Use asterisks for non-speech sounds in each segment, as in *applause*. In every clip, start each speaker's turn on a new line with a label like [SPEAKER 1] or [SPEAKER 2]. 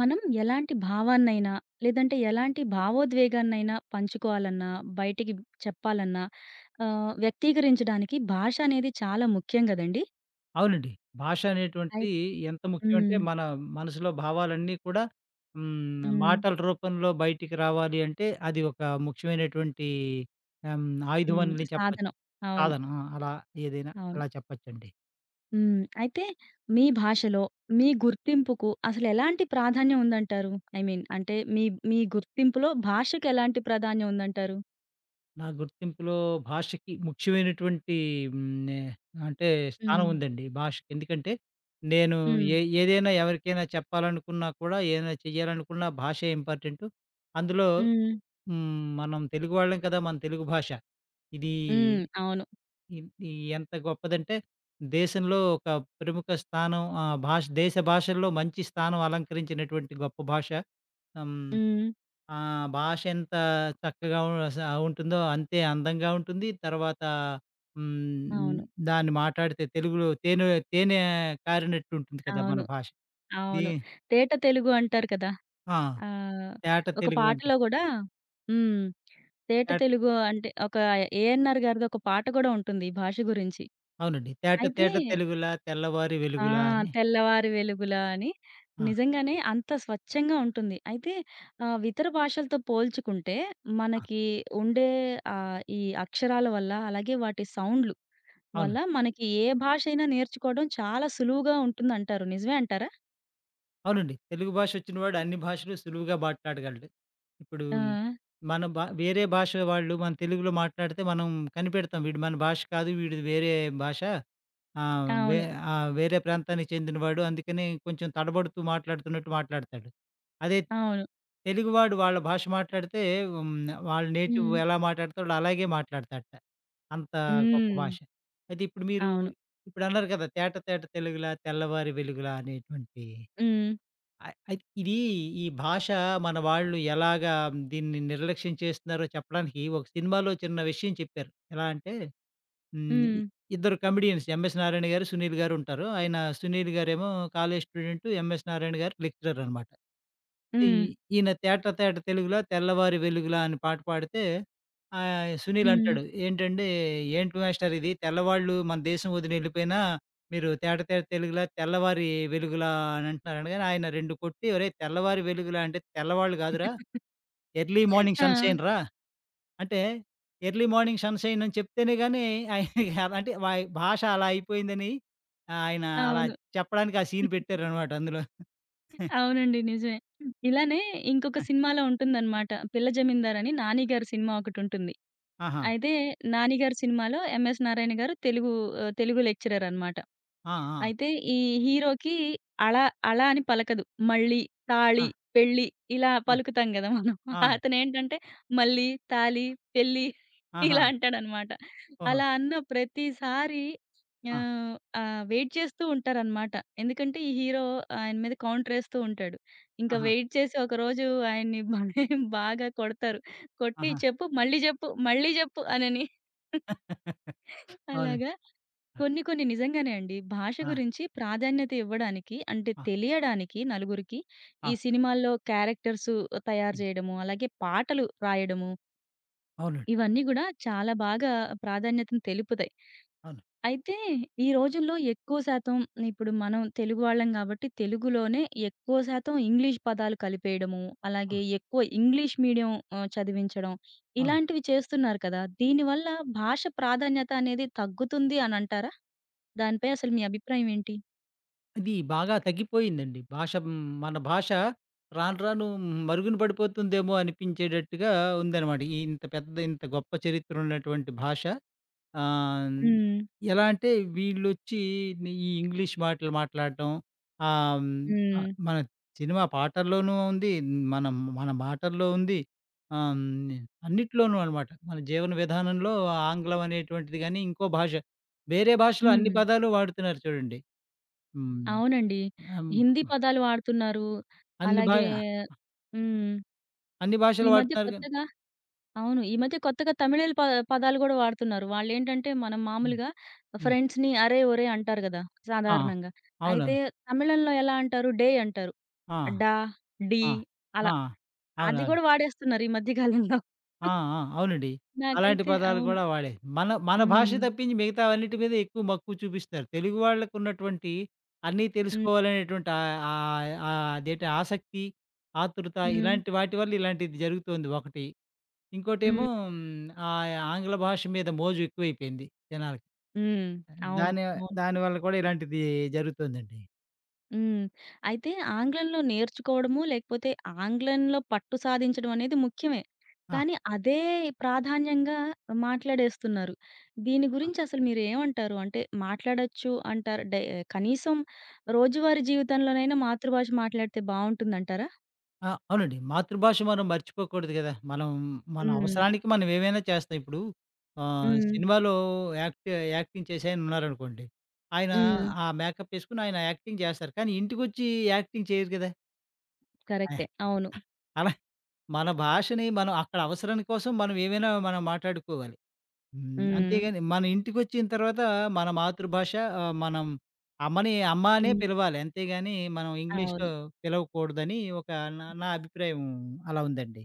[SPEAKER 1] మనం ఎలాంటి భావాన్నైనా, లేదంటే ఎలాంటి భావోద్వేగాన్నైనా పంచుకోవాలన్నా, బయటికి చెప్పాలన్నా, వ్యక్తీకరించడానికి భాష అనేది చాలా ముఖ్యం గదండీ!
[SPEAKER 2] అవునండి. భాష
[SPEAKER 1] అయి
[SPEAKER 2] అనేటువంటిది ఎంత ముఖ్యమంటే,
[SPEAKER 1] హ్మ్.
[SPEAKER 2] మన మనసులో భావాలన్నీ కూడా
[SPEAKER 1] హ్మ్.
[SPEAKER 2] మాటల రూపంలో బయటికి రావాలి అంటే, అది ఒక ముఖ్యమైనటువంటి హ్మ్. ఆయుధం
[SPEAKER 1] హ్మ్.
[SPEAKER 2] అని చెప్పొచ్చు.
[SPEAKER 1] సాధనం. అవును.
[SPEAKER 2] సాధనం. ఆ! అలా ఏదైనా
[SPEAKER 1] అవును.
[SPEAKER 2] అలా చెప్పొచ్చండి.
[SPEAKER 1] హ్మ్. అయితే మీ భాషలో మీ గుర్తింపుకు అసలు ఎలాంటి ప్రాధాన్యం ఉందంటారు? ఐ మీన్ అంటే మీ మీ గుర్తింపులో భాషకి ఎలాంటి ప్రాధాన్యం ఉందంటారు?
[SPEAKER 2] నా గుర్తింపులో భాషకి ముఖ్యమైనటువంటి హ్మ్. నే అంటే స్థానం
[SPEAKER 1] హ్మ్.
[SPEAKER 2] ఉందండి భాషకి. ఎందుకంటే, నేను
[SPEAKER 1] హ్మ్.
[SPEAKER 2] ఏదైనా ఎవరికైనా చెప్పాలనుకున్నా కూడా, ఏదైనా చేయాలనుకున్నా భాషే ఇంపార్టెంటు. అందులో
[SPEAKER 1] హ్మ్.
[SPEAKER 2] మనం తెలుగు వాళ్ళం కదా! మన తెలుగు భాష. ఇది
[SPEAKER 1] హ్మ్. అవును.
[SPEAKER 2] ఇ- ఇది ఎంత గొప్పదంటే దేశంలో ఒక ప్రముఖ స్థానం భాష దేశ భాషల్లో మంచి స్థానం అలంకరించినటువంటి గొప్ప భాష. హ్మ్.
[SPEAKER 1] హ్మ్.
[SPEAKER 2] ఆ భాష ఎంత చక్కగా ఉ- స ఉంటుందో అంతే అందంగా ఉంటుంది. తర్వాత హ్మ్.
[SPEAKER 1] అవును.
[SPEAKER 2] దాన్ని మాట్లాడితే తెలుగులో తేనె తేనె కారినట్టు ఉంటుంది కదా! మన
[SPEAKER 1] అవును.
[SPEAKER 2] భాష. దీ
[SPEAKER 1] అవును. తేట తెలుగు అంటారు కదా!
[SPEAKER 2] ఆ!
[SPEAKER 1] ఆహ్,
[SPEAKER 2] తేట
[SPEAKER 1] ఒక
[SPEAKER 2] తెలుగు అంట.
[SPEAKER 1] పాటలో గూడా హ్మ్. తేట
[SPEAKER 2] తేట
[SPEAKER 1] తెలుగు అంటే ఒక ఏఎన్నార్ గారిది ఒక పాట గూడా ఉంటుంది ఈ భాష గురించి.
[SPEAKER 2] అవునండి. తేట
[SPEAKER 1] అయితే
[SPEAKER 2] తేట తెలుగులా తెల్లవారి
[SPEAKER 1] ఆ!
[SPEAKER 2] వెలుగులా అని.
[SPEAKER 1] తెల్లవారి వెలుగులా అని
[SPEAKER 2] ఆ!
[SPEAKER 1] నిజంగానే అంత స్వచ్ఛంగా ఉంటుంది. అయితే ఇతర భాషలతో పోల్చుకుంటే
[SPEAKER 2] ఆ!
[SPEAKER 1] మనకి ఉండే ఈ అక్షరాల వల్ల అలాగే వాటి సౌండ్‌లు వల్ల
[SPEAKER 2] అవునండి.
[SPEAKER 1] మనకి ఏ భాష అయినా నేర్చుకోవడం చాలా సులువుగా ఉంటుందంటారు. నిజమే అంటారా?
[SPEAKER 2] అవునండి. తెలుగు భాషొచ్చినవాడు అన్ని భాషలు సులువుగా మాట్లాడగలడు. ఇప్పుడు
[SPEAKER 1] ఆ!
[SPEAKER 2] మన భా వేరే భాష వాళ్ళు మన తెలుగులో మాట్లాడితే మనం కనిపెడతాం. వీడు మన భాష కాదు. వీడిది వేరే భాష. ఆ! వే
[SPEAKER 1] అవును.
[SPEAKER 2] ఆ! వేరే ప్రాంతానికి చెందినవాడు. అందుకని కొంచెం తడబడుతూ మాట్లాడుతున్నట్టు మాట్లాడతాడు. అదే
[SPEAKER 1] అవును.
[SPEAKER 2] తెలుగువాడు వాళ్ళ భాష మాట్లాడితే హ్మ్. వాళ్ళ నేటివ్
[SPEAKER 1] హ్మ్.
[SPEAKER 2] ఎలా మాట్లాడతాడో అలాగే మాట్లాడతాడట. అంత గొప్ప
[SPEAKER 1] హ్మ్.
[SPEAKER 2] భాష. అయితే ఇప్పుడు మీరు
[SPEAKER 1] అవును.
[SPEAKER 2] ఇప్పుడన్నారు కదా! తేట తేట తెలుగులా, తెల్లవారి వెలుగులా అనేటువంటి
[SPEAKER 1] హ్మ్.
[SPEAKER 2] అయితే ఇది ఈ భాష మన వాళ్ళు ఎలాగా దీన్ని నిర్లక్ష్యం చేస్తున్నారో చెప్పడానికి ఒక సినిమాలో చిన్న విషయం చెప్పారు. ఎలా అంటే హ్మ్.
[SPEAKER 1] హ్మ్.
[SPEAKER 2] ఇ ఇద్దరు కమెడియన్స్ 'ఎంఎస్ నారాయణ' గారు, 'సునీల్' గారు ఉంటారు. ఆయన 'సునీల్' గారేమో కాలేజ్ స్టూడెంట్, 'ఎంఎస్ నారాయణ' గారు లెక్చరర్ అన్నమాట. ఈ
[SPEAKER 1] హ్మ్.
[SPEAKER 2] ఈయన 'తేట తేట తెలుగులా తెల్లవారి వెలుగులా' అని పాట పాడితే 'సునీల్'
[SPEAKER 1] హ్మ్.
[SPEAKER 2] అంటాడు, "ఏంటి మాస్టర్ ఇది తెల్లవాళ్ళు మన దేశం వదిలి వెళ్ళిపోయినా మీరు 'తేట తేట తెలుగులా తెల్లవారి వెలుగులా' అని అంటున్నారు" అనగానే ఆయన 2 కొట్టి "ఒరేయ్ తెల్లవారి వెలుగులా అంటే తెల్లవాళ్ళు కాదురా ఎర్లీ మార్నింగ్
[SPEAKER 1] ఆ!
[SPEAKER 2] సన్‌షైన్ రా!" అంటే ఎర్లీ మార్నింగ్ సన్‌షైన్ అని చెప్తేనే గానీ ఆయనకి అలాంటి *laughs* భాష అలా అయిపోయిందని ఆయన అలా
[SPEAKER 1] అవును.
[SPEAKER 2] చెప్పడానికి ఆ సీన్ పెట్టారనమాట అందులో. *laughs*
[SPEAKER 1] అవునండి. నిజమే. ఇలానే ఇంకొక సినిమాలో ఉంటుందన్నమాట. 'పిల్ల జమీందార్' అని 'నాని' గారి సినిమా ఒకటుంటుంది.
[SPEAKER 2] ఆహా!
[SPEAKER 1] అయితే 'నాని' గారి సినిమాలో 'ఎంఎస్ నారాయణ' గారు తెలుగు తెలుగు లెక్చరర్ అన్నమాట.
[SPEAKER 2] ఆ! ఆ!
[SPEAKER 1] అయితే ఈ హీరోకి అళ, అళ అని పలకదు. మళ్ళీ, తాళి, పెళ్లి ఇలా
[SPEAKER 2] ఆ! ఆ!
[SPEAKER 1] పలుకుతాం గదా! మనం.
[SPEAKER 2] ఆ!
[SPEAKER 1] అతనేంటంటే మళ్ళీ, తాళి, పెళ్లి
[SPEAKER 2] ఆహా!
[SPEAKER 1] ఇలా అంటాడనమాట.
[SPEAKER 2] ఓహో!
[SPEAKER 1] అలా అన్న ప్రతిసారి
[SPEAKER 2] ఆ!
[SPEAKER 1] ఆహ్, ఆహ్, వెయిట్ చేస్తూ ఉంటారనమాట. ఎందుకంటే ఈ హీరో ఆయన మీద కౌంటరేస్తూ ఉంటాడు. ఇంకా
[SPEAKER 2] ఆహా!
[SPEAKER 1] వెయిట్ చేసి ఒకరోజు ఆయన్ని *laughs* భలే బాగా కొడతారు. కొట్టి
[SPEAKER 2] ఆహా!
[SPEAKER 1] చెప్పు మళ్ళీ జెప్పు, మళ్ళీ జెప్పు అనని
[SPEAKER 2] అవునండి.
[SPEAKER 1] అలాగా కొన్ని కొన్ని నిజంగానే అండి. భాష
[SPEAKER 2] ఆ!
[SPEAKER 1] గురించి ప్రాధాన్యత ఇవ్వడానికి అంటే
[SPEAKER 2] ఆ!
[SPEAKER 1] తెలియడానికి నలుగురికి ఈ
[SPEAKER 2] ఆ!
[SPEAKER 1] సినిమాల్లో క్యారెక్టర్స్ తయారు
[SPEAKER 2] హ్మ్.
[SPEAKER 1] చేయడము, అలాగే పాటలు రాయడము
[SPEAKER 2] అవునండి.
[SPEAKER 1] ఇవన్నీ గూడా చాలా బాగా ప్రాధాన్యతను తెలుపుతాయి.
[SPEAKER 2] అవును.
[SPEAKER 1] అయితే ఈ రోజుల్లో ఎక్కువ శాతం ఇప్పుడు మనం తెలుగు వాళ్ళం కాబట్టి తెలుగులోనే ఎక్కువ శాతం ఇంగ్లీష్ పదాలు కలిపేయడము,
[SPEAKER 2] ఆ!
[SPEAKER 1] అలాగే ఎక్కువ ఇంగ్లీష్ మీడియం చదివించడం
[SPEAKER 2] అవును.
[SPEAKER 1] ఇలాంటివి చేస్తున్నారు కదా! దీనివల్ల భాష ప్రాధాన్యత అనేది తగ్గుతుంది అనంటారా? దానిపై అసలు మీ అభిప్రాయం ఏంటి?
[SPEAKER 2] ఇది బాగా తగ్గిపోయిందండి. భాష మన భాష రాను రాను మరుగున పడిపోతుందేమో అనిపించేటట్టుగా ఉందనమాట. ఈ ఇంత పెద్ద ఇంత గొప్ప చరిత్ర ఉన్నటువంటి భాష ఆహ్,
[SPEAKER 1] హ్మ్.
[SPEAKER 2] ఎలా అంటే వీళ్ళొచ్చి ఈ ఇంగ్లీష్ మాటలు మాట్లాడటం, ఆహ్, హ్మ్,
[SPEAKER 1] హ్మ్.
[SPEAKER 2] మన సినిమా పాటల్లోనూ ఉంది. మన మన మాటల్లో ఉంది. ఆహ్, హ్మ్, అన్నిట్లోనూ అనమాట. మన జీవన విధానంలో ఆంగ్లం అనేటువంటిది గాని, ఇంకో భాష వేరే భాషలో అన్ని
[SPEAKER 1] హ్మ్.
[SPEAKER 2] పదాలు వాడుతున్నారు చూడండి. హ్మ్.
[SPEAKER 1] అవునండి.
[SPEAKER 2] ఆహ్, హ్మ్,
[SPEAKER 1] హిందీ పదాలు వాడుతున్నారు.
[SPEAKER 2] అన్ని భా
[SPEAKER 1] అలాగే హ్మ్.
[SPEAKER 2] అన్ని
[SPEAKER 1] ఈ
[SPEAKER 2] భాషలు
[SPEAKER 1] మధ్య
[SPEAKER 2] వాడుతున్నారు గాని
[SPEAKER 1] కొత్తగా అవును. ఈ మధ్య కొత్తగా తమిళీల పదాలు గూడా వాడుతున్నారు. వాళ్ళేంటంటే, మనం
[SPEAKER 2] హ్మ్.
[SPEAKER 1] మామూలుగా
[SPEAKER 2] హ్మ్.
[SPEAKER 1] ఫ్రెండ్స్‌ని అరే! ఒరేయ్! అంటారు గదా!
[SPEAKER 2] ఆ!
[SPEAKER 1] సాధారణంగా. అయితే
[SPEAKER 2] అవునవును.
[SPEAKER 1] తమిళంలో ఎలా అంటారు? డే అంటారు.
[SPEAKER 2] ఆ!
[SPEAKER 1] డా, డీ
[SPEAKER 2] ఆ!
[SPEAKER 1] అలా.
[SPEAKER 2] ఆ!
[SPEAKER 1] అది
[SPEAKER 2] అవునవును.
[SPEAKER 1] గూడా వాడేస్తున్నారు ఈ మధ్య కాలంలో.
[SPEAKER 2] ఆ! ఆ! అవునండి. అలాంటి
[SPEAKER 1] నాకైతే
[SPEAKER 2] పదాలు
[SPEAKER 1] అవును.
[SPEAKER 2] కూడా వాడే మన మన భాష
[SPEAKER 1] హ్మ్.
[SPEAKER 2] తప్పించి మిగతావన్నిటి మీద ఎక్కువ మక్కువ చూపిస్తున్నారు. తెలుగు వాళ్ళకున్నటువంటి అన్నీ
[SPEAKER 1] హ్మ్.
[SPEAKER 2] తెలుసుకోవాలనేటువంటి ఆహ్, ఆహ్, ఆహ్, అదేంటి ఆసక్తి, ఆతృత
[SPEAKER 1] హ్మ్.
[SPEAKER 2] ఇలాంటి వాటి వల్ల ఇలాంటిది జరుగుతోంది ఒకటి. ఇంకోటేమో
[SPEAKER 1] హ్మ్.
[SPEAKER 2] హ్మ్, ఆంగ్ల భాష మీద మోజు ఎక్కువైపోయింది జనాలకి.
[SPEAKER 1] హ్మ్. అవును.
[SPEAKER 2] దాని
[SPEAKER 1] అవును.
[SPEAKER 2] దానివల్ల కూడా ఇలాంటిది జరుగుతుందండి.
[SPEAKER 1] హ్మ్. అయితే ఆంగ్లంలో నేర్చుకోవడము, లేకపోతే ఆంగ్లంలో పట్టు సాధించడం అనేది ముఖ్యమే.
[SPEAKER 2] ఆ!
[SPEAKER 1] కానీ అదే ప్రాధాన్యంగా మాట్లాడేస్తున్నారు. దీని గురించి అసలు మీరేమంటారు? అంటే మాట్లాడొచ్చు అంటారు. డై కనీసం రోజువారీ జీవితంలోనైనా మాతృభాష మాట్లాడితే బావుంటుందంటారా?
[SPEAKER 2] ఆ! అవునండి. మాతృభాష మనం మర్చిపోకూడదు గదా! మనం మన
[SPEAKER 1] హ్మ్.
[SPEAKER 2] అవసరానికి మనం ఏవైనా చేస్తాం. ఇప్పుడు
[SPEAKER 1] హ్మ్.
[SPEAKER 2] సినిమాలో యాక్ట్ యాక్టింగ్ చేసాయన ఉన్నారనుకోండి. ఆయన
[SPEAKER 1] హ్మ్.
[SPEAKER 2] ఆ మేకప్ ఏసుకొని ఆయన యాక్టింగ్ చేస్తారు. కానీ ఇంటికొచ్చి యాక్టింగ్ చేయరు గదా! ఆహ్,
[SPEAKER 1] కరెక్టే. అవును.
[SPEAKER 2] అలా మన భాషని మనం అక్కడ అవసరాని కోసం మనం ఏమైనా మనం మాట్లాడుకోవాలి. హ్మ్. అంతేగాని
[SPEAKER 1] హ్మ్.
[SPEAKER 2] మన ఇంటికొచ్చిన తర్వాత మన మాతృభాష మనం అమ్మని అమ్మ అనే
[SPEAKER 1] హ్మ్.
[SPEAKER 2] పిలవాలి. అంతేగాని మనం
[SPEAKER 1] అవును.
[SPEAKER 2] ఇంగ్లీష్‌లో పిలవకూడదని ఒక నా నా అభిప్రాయం అలా ఉందండి.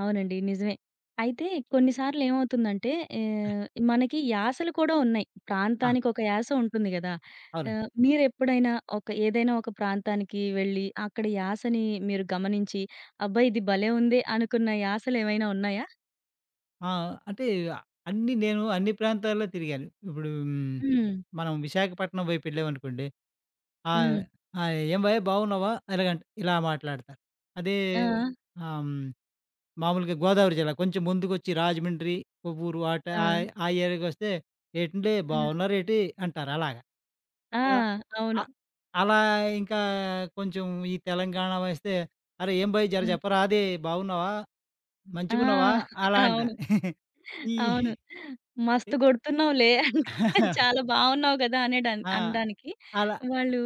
[SPEAKER 1] అవునండి. నిజమే. అయితే కొన్ని సార్లు ఏమవుతుందంటే ఆహ్, మనకి యాసలు కూడా ఉన్నాయి.
[SPEAKER 2] ఆ!
[SPEAKER 1] ప్రాంతానికి ఒక యాస ఉంటుంది గదా!
[SPEAKER 2] అవునండి.
[SPEAKER 1] మీరెప్పుడైనా ఒక ప్రాంతానికి వెళ్లి అక్కడ యాసని మీరు గమనించి అబ్బా! ఇది భలే ఉందే అనుకున్న యాసలేమైనా ఉన్నాయా?
[SPEAKER 2] ఆ! అంటే అన్నీ నేను అన్ని ప్రాంతాల్లో తిరిగాను. ఇప్పుడు
[SPEAKER 1] హ్మ్.
[SPEAKER 2] మనం విశాఖపట్నం వైపు వెళ్ళామనుకోండి. ఆహ్,
[SPEAKER 1] హ్మ్.
[SPEAKER 2] ఆహ్, "ఏం బయ్ బాగున్నావా?" ఇలాగంట ఇలా మాట్లాడతారు. అదే
[SPEAKER 1] ఆ!
[SPEAKER 2] ఆహ్, హ్మ్, మామూలుగా గోదావరి జిల్లా కొంచెం ముందుకొచ్చి రాజమండ్రి, కొవ్వూరు
[SPEAKER 1] ఆ!
[SPEAKER 2] ఆ ఏరియాకొస్తే "ఏటండి
[SPEAKER 1] ఆ!
[SPEAKER 2] బాగున్నారేటి?" అంటారు అలాగా.
[SPEAKER 1] ఆ!
[SPEAKER 2] ఆ!
[SPEAKER 1] అవును.
[SPEAKER 2] అ అలా ఇంకా కొంచెం ఈ తెలంగాణ వస్తే "అరే! ఏం బయ్ జర
[SPEAKER 1] హ్మ్.
[SPEAKER 2] చెప్పరాదే బాగున్నావా?
[SPEAKER 1] ఆ!
[SPEAKER 2] మంచిగున్నావా?"
[SPEAKER 1] *laughs*
[SPEAKER 2] అలా
[SPEAKER 1] అవును.
[SPEAKER 2] అంటారు. ఈ
[SPEAKER 1] అవును. మస్తు గొడుతున్నావులే *laughs* చాలా
[SPEAKER 2] *laughs*
[SPEAKER 1] బావున్నావు గదా! అనేడాన్
[SPEAKER 2] ఆ!
[SPEAKER 1] అనడానికి
[SPEAKER 2] అలా
[SPEAKER 1] వాళ్ళు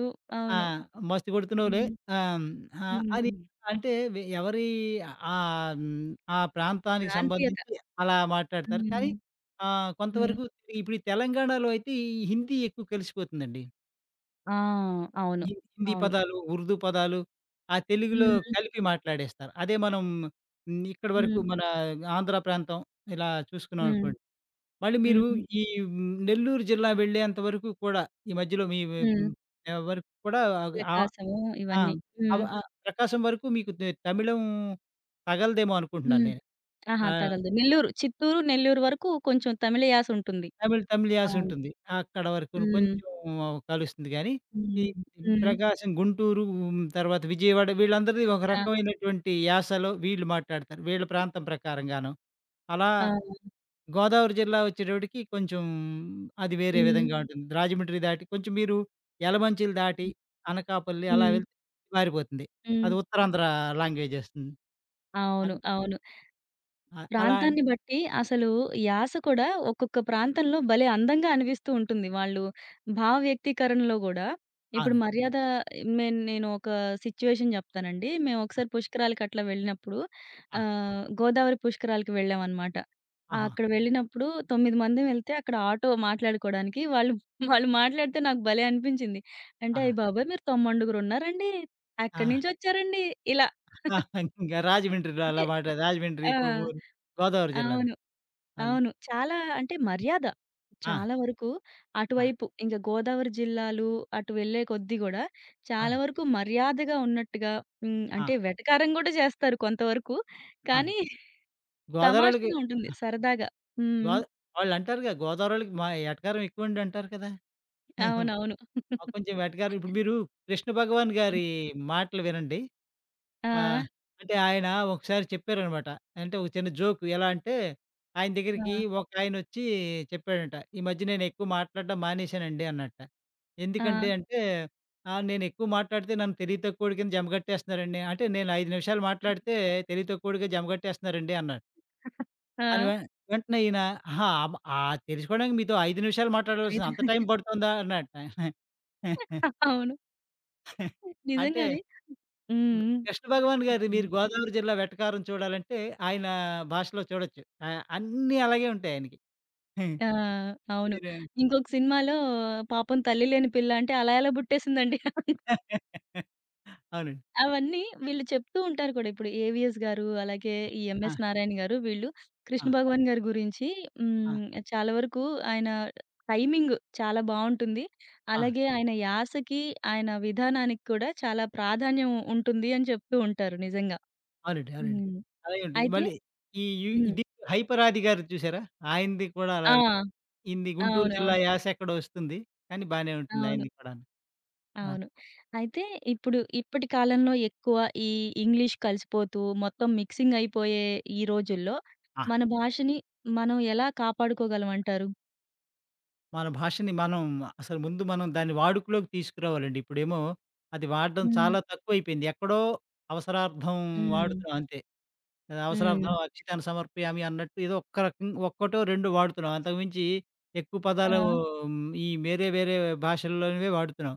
[SPEAKER 2] ఆ!
[SPEAKER 1] అవును.
[SPEAKER 2] మస్తు కొడుతున్నావులే.
[SPEAKER 1] హ్మ్.
[SPEAKER 2] ఆహ్, ఆహ్, అని
[SPEAKER 1] హ్మ్.
[SPEAKER 2] అంటే ఎవరి ఆహ్, హ్మ్, ఆ ప్రాంతానికి
[SPEAKER 1] ప్రాంతీయత.
[SPEAKER 2] సంబంధించి అలా మాట్లాడతారు. కానీ
[SPEAKER 1] హ్మ్. హ్మ్.
[SPEAKER 2] కొంతవరకు ఇప్పుడు ఈ తెలంగాణలో అయితే ఈ హిందీ ఎక్కువ కలిసిపోతుందండి.
[SPEAKER 1] ఆ! అవును.
[SPEAKER 2] హిందీ
[SPEAKER 1] అవును.
[SPEAKER 2] పదాలు, ఉర్దూ పదాలు ఆ తెలుగులో
[SPEAKER 1] హ్మ్.
[SPEAKER 2] కలిపి మాట్లాడేస్తారు. అదే మనం ఇక్కడి వరకు
[SPEAKER 1] హ్మ్.
[SPEAKER 2] మన ఆంధ్ర ప్రాంతం ఇలా
[SPEAKER 1] హ్మ్.
[SPEAKER 2] చూసుకున్నామనుకోండి మళ్ళీ మీరు
[SPEAKER 1] హ్మ్.
[SPEAKER 2] నెల్లూరు జిల్లా వెళ్ళేంత వరకు కూడా ఈ మధ్యలో మీ వి
[SPEAKER 1] హ్మ్.
[SPEAKER 2] హ్మ్, ఆహ్, వరకు కూడా ఆహ్,
[SPEAKER 1] ప్రకాశము
[SPEAKER 2] ఆ!
[SPEAKER 1] ఇవన్నీ.
[SPEAKER 2] అవ
[SPEAKER 1] హ్మ్.
[SPEAKER 2] ఆ! ప్రకాశం వరకు మీకు తమిళం తగలదేమో అనుకుంటున్నాను
[SPEAKER 1] హ్మ్.
[SPEAKER 2] నేను.
[SPEAKER 1] ఆహా!
[SPEAKER 2] ఆ!
[SPEAKER 1] తగలదు. నెల్లూరు, చిత్తూరు, నెల్లూరు వరకు కొంచెం తమిళ యాస ఉంటుంది.
[SPEAKER 2] తమిళ్ తమిళ్ యాస
[SPEAKER 1] అవును.
[SPEAKER 2] ఉంటుంది. అక్కడ వరకును
[SPEAKER 1] హ్మ్.
[SPEAKER 2] కొంచెం కలుస్తుంది గానీ, ఈ
[SPEAKER 1] హ్మ్. హ్మ్.
[SPEAKER 2] ప్రకాశం, గుంటూరు తర్వాత విజయవాడ వీళ్ళందరిది ఒక
[SPEAKER 1] కృష్ణ.
[SPEAKER 2] రకమైనటువంటి యాసలో వీళ్ళు మాట్లాడతారు. వీళ్ళ ప్రాంతం ప్రకారంగాను. అలా
[SPEAKER 1] ఆ!
[SPEAKER 2] గోదావరి జిల్లా వచ్చేటప్పటికి కొంచెం అది వేరే
[SPEAKER 1] హ్మ్.
[SPEAKER 2] విధంగా ఉంటుంది. రాజమండ్రి దాటి కొంచెం మీరు యలమంచిలు దాటి
[SPEAKER 1] హ్మ్.
[SPEAKER 2] అనకాపల్లి అలా వెళ్తే మారిపోతుంది.
[SPEAKER 1] హ్మ్.
[SPEAKER 2] అది ఉత్తరాంధ్ర లాంగ్వేజ్ వస్తుంది.
[SPEAKER 1] అవును.
[SPEAKER 2] అన్
[SPEAKER 1] అవును.
[SPEAKER 2] అలా
[SPEAKER 1] ప్రాంతాన్ని బట్టి అసలు యాస కూడా ఒక్కొక్క ప్రాంతంలో భలే అందంగా అనిపిస్తూ ఉంటుంది. వాళ్ళు భావ వ్యక్తీకరణలో గూడా ఇప్పుడు
[SPEAKER 2] అవునండి.
[SPEAKER 1] మర్యాద మేన్ నేను ఒక సిట్యుయేషన్ జెప్తానండి. మేము ఒకసారి పుష్కరాలకి అట్లా వెళ్ళినప్పుడు
[SPEAKER 2] ఆ!
[SPEAKER 1] గోదావరి పుష్కరాలకి వెళ్ళామనమాట.
[SPEAKER 2] ఆహా!
[SPEAKER 1] అక్కడ వెళ్ళినప్పుడు 9 మంది వెళ్తే అక్కడ ఆటో మాట్లాడుకోవడానికి వాళ్ళు వాళ్ళు మాట్లాడితే నాకు భలే అనిపించింది. అంటే,
[SPEAKER 2] ఆహా!
[SPEAKER 1] "అయ్య బాబోయ్! మీరు తొమ్మండుగురున్నారండి.
[SPEAKER 2] ఆ!
[SPEAKER 1] ఎక్కడి నుంచొచ్చారండి?" ఇలా.
[SPEAKER 2] ఆ!
[SPEAKER 1] *laughs*
[SPEAKER 2] ఇంకా రాజమండ్రిలో
[SPEAKER 1] అంటే
[SPEAKER 2] అలా మాట రాజమండ్రి,
[SPEAKER 1] ఆ!
[SPEAKER 2] కొవ్వూరు గోదావరి జిల్లాలో
[SPEAKER 1] అవును.
[SPEAKER 2] అవును.
[SPEAKER 1] అవును. చాలా అంటే మర్యాద.
[SPEAKER 2] ఆ!
[SPEAKER 1] చాలా వరకు
[SPEAKER 2] ఆ!
[SPEAKER 1] అటువైపు ఇంక గోదావరి జిల్లాలు అటు వెళ్ళే కొద్దీ గూడా చాలా
[SPEAKER 2] అవును.
[SPEAKER 1] వరకు మర్యాదగా ఉన్నట్టుగా హ్మ్.
[SPEAKER 2] ఆ!
[SPEAKER 1] అంటే వెటకారం గూడా జేస్తారు కొంతవరకు.
[SPEAKER 2] అవును.
[SPEAKER 1] కానీ
[SPEAKER 2] గోదావరోళ్ళకి
[SPEAKER 1] తమాషాగా ఉంటుంది సరదాగా. హ్మ్.
[SPEAKER 2] గోద వాళ్ళంటారుగా గోదావరోళ్ళకి మా ఎటకారం ఎక్కువండి అంటారు కదా! *laughs*
[SPEAKER 1] అవునవును.
[SPEAKER 2] ఆ! కొంచెం వేటగారు ఇప్పుడు మీరు కృష్ణ భగవాన్ గారి మాటలు వినండి.
[SPEAKER 1] ఆ!
[SPEAKER 2] ఆహ్, అంటే ఆయన ఒకసారి చెప్పారనమాట. అంటే ఒక చిన్న జోక్ ఎలా అంటే, ఆయన దగ్గరికి
[SPEAKER 1] ఆ!
[SPEAKER 2] ఒకాయనొచ్చి చెప్పాడంట. "ఈ మధ్య నేనెక్కువ మాట్లాడడం మానేశానండి" అన్నట్ట.
[SPEAKER 1] ఆ!
[SPEAKER 2] ఎందుకంటే అంటే, నేనెక్కువ మాట్లాడితే నన్ను తెలివి తక్కువోడి కింద జమగట్టేస్తున్నారండి. అంటే నేను 5 నిమిషాలు మాట్లాడితే తెలివి తక్కువోడిగా జమగట్టేస్తున్నారండి" అన్నాడు. అని
[SPEAKER 1] ఆ!
[SPEAKER 2] వె వెంటనే ఈయన, "ఆహా! ఆబ్ ఆ తెలుసుకోవడానికి మీతో 5 నిమిషాలు మాట్లాడవలసిన
[SPEAKER 1] అయితే
[SPEAKER 2] అంత టైం పడుతుందా?" అన్నట్ట.
[SPEAKER 1] అవును.
[SPEAKER 2] అంటే
[SPEAKER 1] నిజంగానే. హ్మ్.
[SPEAKER 2] వ్
[SPEAKER 1] హ్మ్.
[SPEAKER 2] కృష్ణ భగవాన్ గారి
[SPEAKER 1] చెప్పండి.
[SPEAKER 2] మీరు గోదావరి జిల్లా వెటకారం చూడాలంటే ఆయన భాషలో చూడొచ్చు. ఆ! అన్నీ అలాగే ఉంటాయి ఆయనకి.
[SPEAKER 1] ఆ! అవును.
[SPEAKER 2] మీరు
[SPEAKER 1] ఇంకొక సినిమాలో పాపం తల్లి లేని పిల్ల అంటే అలా ఎలా పుట్టేసిందండి.
[SPEAKER 2] *laughs* అవునండి.
[SPEAKER 1] అవన్నీ వీళ్ళు చెప్తూ ఉంటారు కూడా. ఇప్పుడు 'ఏవిఎస్' గారు, అలాగే ఈ
[SPEAKER 2] ఆ!
[SPEAKER 1] 'ఎంఎస్ నారాయణ' గారు వీళ్ళు
[SPEAKER 2] ఆ!
[SPEAKER 1] కృష్ణ భగవాన్ గారి గురించి
[SPEAKER 2] ఆ!
[SPEAKER 1] హ్మ్, చాలా వరకు ఆయన టైమింగ్ చాలా బావుంటుంది.
[SPEAKER 2] ఆ!
[SPEAKER 1] అలాగే ఆయన యాసకి, ఆయన విధానానికి కూడా చాలా ప్రాధాన్యం ఉంటుంది అని చెప్తూ ఉంటారు నిజంగా.
[SPEAKER 2] అవునండి. అవునండి.
[SPEAKER 1] హ్మ్.
[SPEAKER 2] అలాగే ఉంటాయి.
[SPEAKER 1] అయితే
[SPEAKER 2] మళ్ళీ ఈ యు
[SPEAKER 1] హ్మ్.
[SPEAKER 2] ఇది 'హైపరాది' గారిది చూసారా? ఆయనది కూడా అలా
[SPEAKER 1] ఆ!
[SPEAKER 2] ఉంటుంది. ఈయనది గుంటూరు జిల్లా
[SPEAKER 1] అవునవును.
[SPEAKER 2] యాస ఎక్కడో వస్తుంది. కానీ బానే
[SPEAKER 1] అవును.
[SPEAKER 2] ఉంటుంది
[SPEAKER 1] అవును
[SPEAKER 2] ఆయనది కూడాను. ఆ!
[SPEAKER 1] అవును. అయితే ఇప్పుడు ఇప్పటి కాలంలో ఎక్కువ ఈ ఇంగ్లీష్ కలిసిపోతూ మొత్తం మిక్సింగ్ అయిపోయే ఈ రోజుల్లో
[SPEAKER 2] ఆ!
[SPEAKER 1] మన భాషని మనం ఎలా కాపాడుకోగలం అంటారు?
[SPEAKER 2] మన భాషని మనం అసలు ముందు మనం దాన్ని వాడుకలోకి తీసుకురావాలండి. ఇప్పుడేమో అది వాడడం
[SPEAKER 1] హ్మ్.
[SPEAKER 2] చాలా తక్కువైపోయింది. ఎక్కడో అవసరార్థం
[SPEAKER 1] హ్మ్.
[SPEAKER 2] వాడుతున్నాం అంతే. అది
[SPEAKER 1] హ్మ్.
[SPEAKER 2] అవసరార్థం అక్షితాన్ని సమర్పయామి అన్నట్టు ఏదో ఒక్క రకం ఒక్కటో, రెండో వాడుతున్నాం. అంతకుమించి ఎక్కువ
[SPEAKER 1] ఆ!
[SPEAKER 2] పదాలు మ్, ఈ వేరే వేరే భాషల్లోనివే వాడుతున్నాం.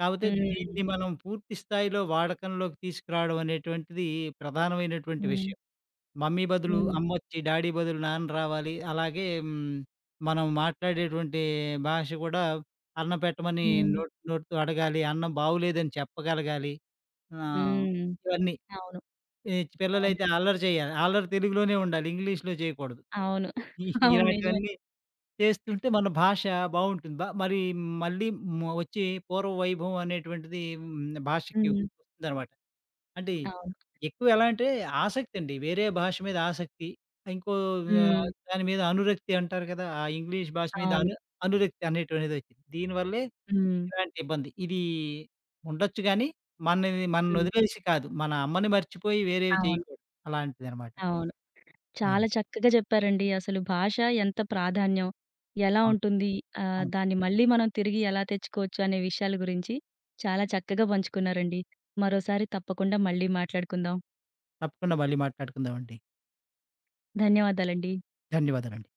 [SPEAKER 2] కాపోతే
[SPEAKER 1] హ్మ్.
[SPEAKER 2] దీన్ని మనం పూర్తి స్థాయిలో వాడకంలోకి తీసుకురావడం అనేటువంటిది ప్రధానమైనటువంటి
[SPEAKER 1] హ్మ్.
[SPEAKER 2] విషయం. మమ్మీ బదులు
[SPEAKER 1] హ్మ్.
[SPEAKER 2] అమ్మొచ్చి, డ్యాడీ బదులు నాన్న రావాలి. అలాగే మనం మాట్లాడేటువంటి భాష కూడా అన్నం పెట్టమని
[SPEAKER 1] హ్మ్.
[SPEAKER 2] నోటితో అడగాలి. అన్నం బాగులేదని చెప్పగలగాలి. ఆహ్,
[SPEAKER 1] హ్మ్.
[SPEAKER 2] ఇవన్నీ
[SPEAKER 1] అవును.
[SPEAKER 2] ఈ
[SPEAKER 1] అవును.
[SPEAKER 2] పిల్లలైతే అల్లరి చేయాలి. అల్లరి తెలుగులోనే ఉండాలి. ఇంగ్లీష్‌లో చేయకూడదు.
[SPEAKER 1] అవును.
[SPEAKER 2] ఇ
[SPEAKER 1] *laughs* అవును. నిజమే.
[SPEAKER 2] ఇలాంటివన్నీ చేస్తుంటే మన భాష బావుంటుంది. మరి మళ్ళీ వచ్చి పూర్వ వైభవం అనేటువంటిది భాషకి
[SPEAKER 1] హ్మ్.
[SPEAKER 2] వస్తుందనమాట. అంటే
[SPEAKER 1] అవును.
[SPEAKER 2] ఎక్కువ ఎలా అంటే ఆసక్తండి. వేరే భాష మీద ఆసక్తి. ఇంకో
[SPEAKER 1] హ్మ్.
[SPEAKER 2] దాని మీద అనురక్తి అంటారు కదా! ఆ ఇంగ్లీష్ భాష మీద
[SPEAKER 1] అవును.
[SPEAKER 2] అనురక్తి అనేటువంటిదొచ్చింది. దీనివల్లే
[SPEAKER 1] హ్మ్.
[SPEAKER 2] ఇలాంటి ఇబ్బంది. ఇది ఉండొచ్చు గానీ, మనది
[SPEAKER 1] హ్మ్.
[SPEAKER 2] మననొదిలేసి కాదు. మన అమ్మని మర్చిపోయి వేరేవి
[SPEAKER 1] అవును.
[SPEAKER 2] చేయకూడదు. అలాంటిదనమాట.
[SPEAKER 1] అవును. చాలా
[SPEAKER 2] అవునండి.
[SPEAKER 1] చక్కగా చెప్పారండి. అసలు భాష ఎంత ప్రాధాన్యం, ఎలా
[SPEAKER 2] అవును. అవును.
[SPEAKER 1] ఉంటుంది,
[SPEAKER 2] అవును.
[SPEAKER 1] దాన్ని మళ్ళీ మనం తిరిగి ఎలా తెచ్చుకోవచ్చు అనే విషయాల గురించి చాలా చక్కగా పంచుకున్నారండి. మరోసారి తప్పకుండా మళ్ళీ మాట్లాడుకుందాం.
[SPEAKER 2] తప్పకుండా మళ్ళీ మాట్లాడుకుందామండి.
[SPEAKER 1] ధన్యవాదాలండి.
[SPEAKER 2] ధన్యవాదాలండి.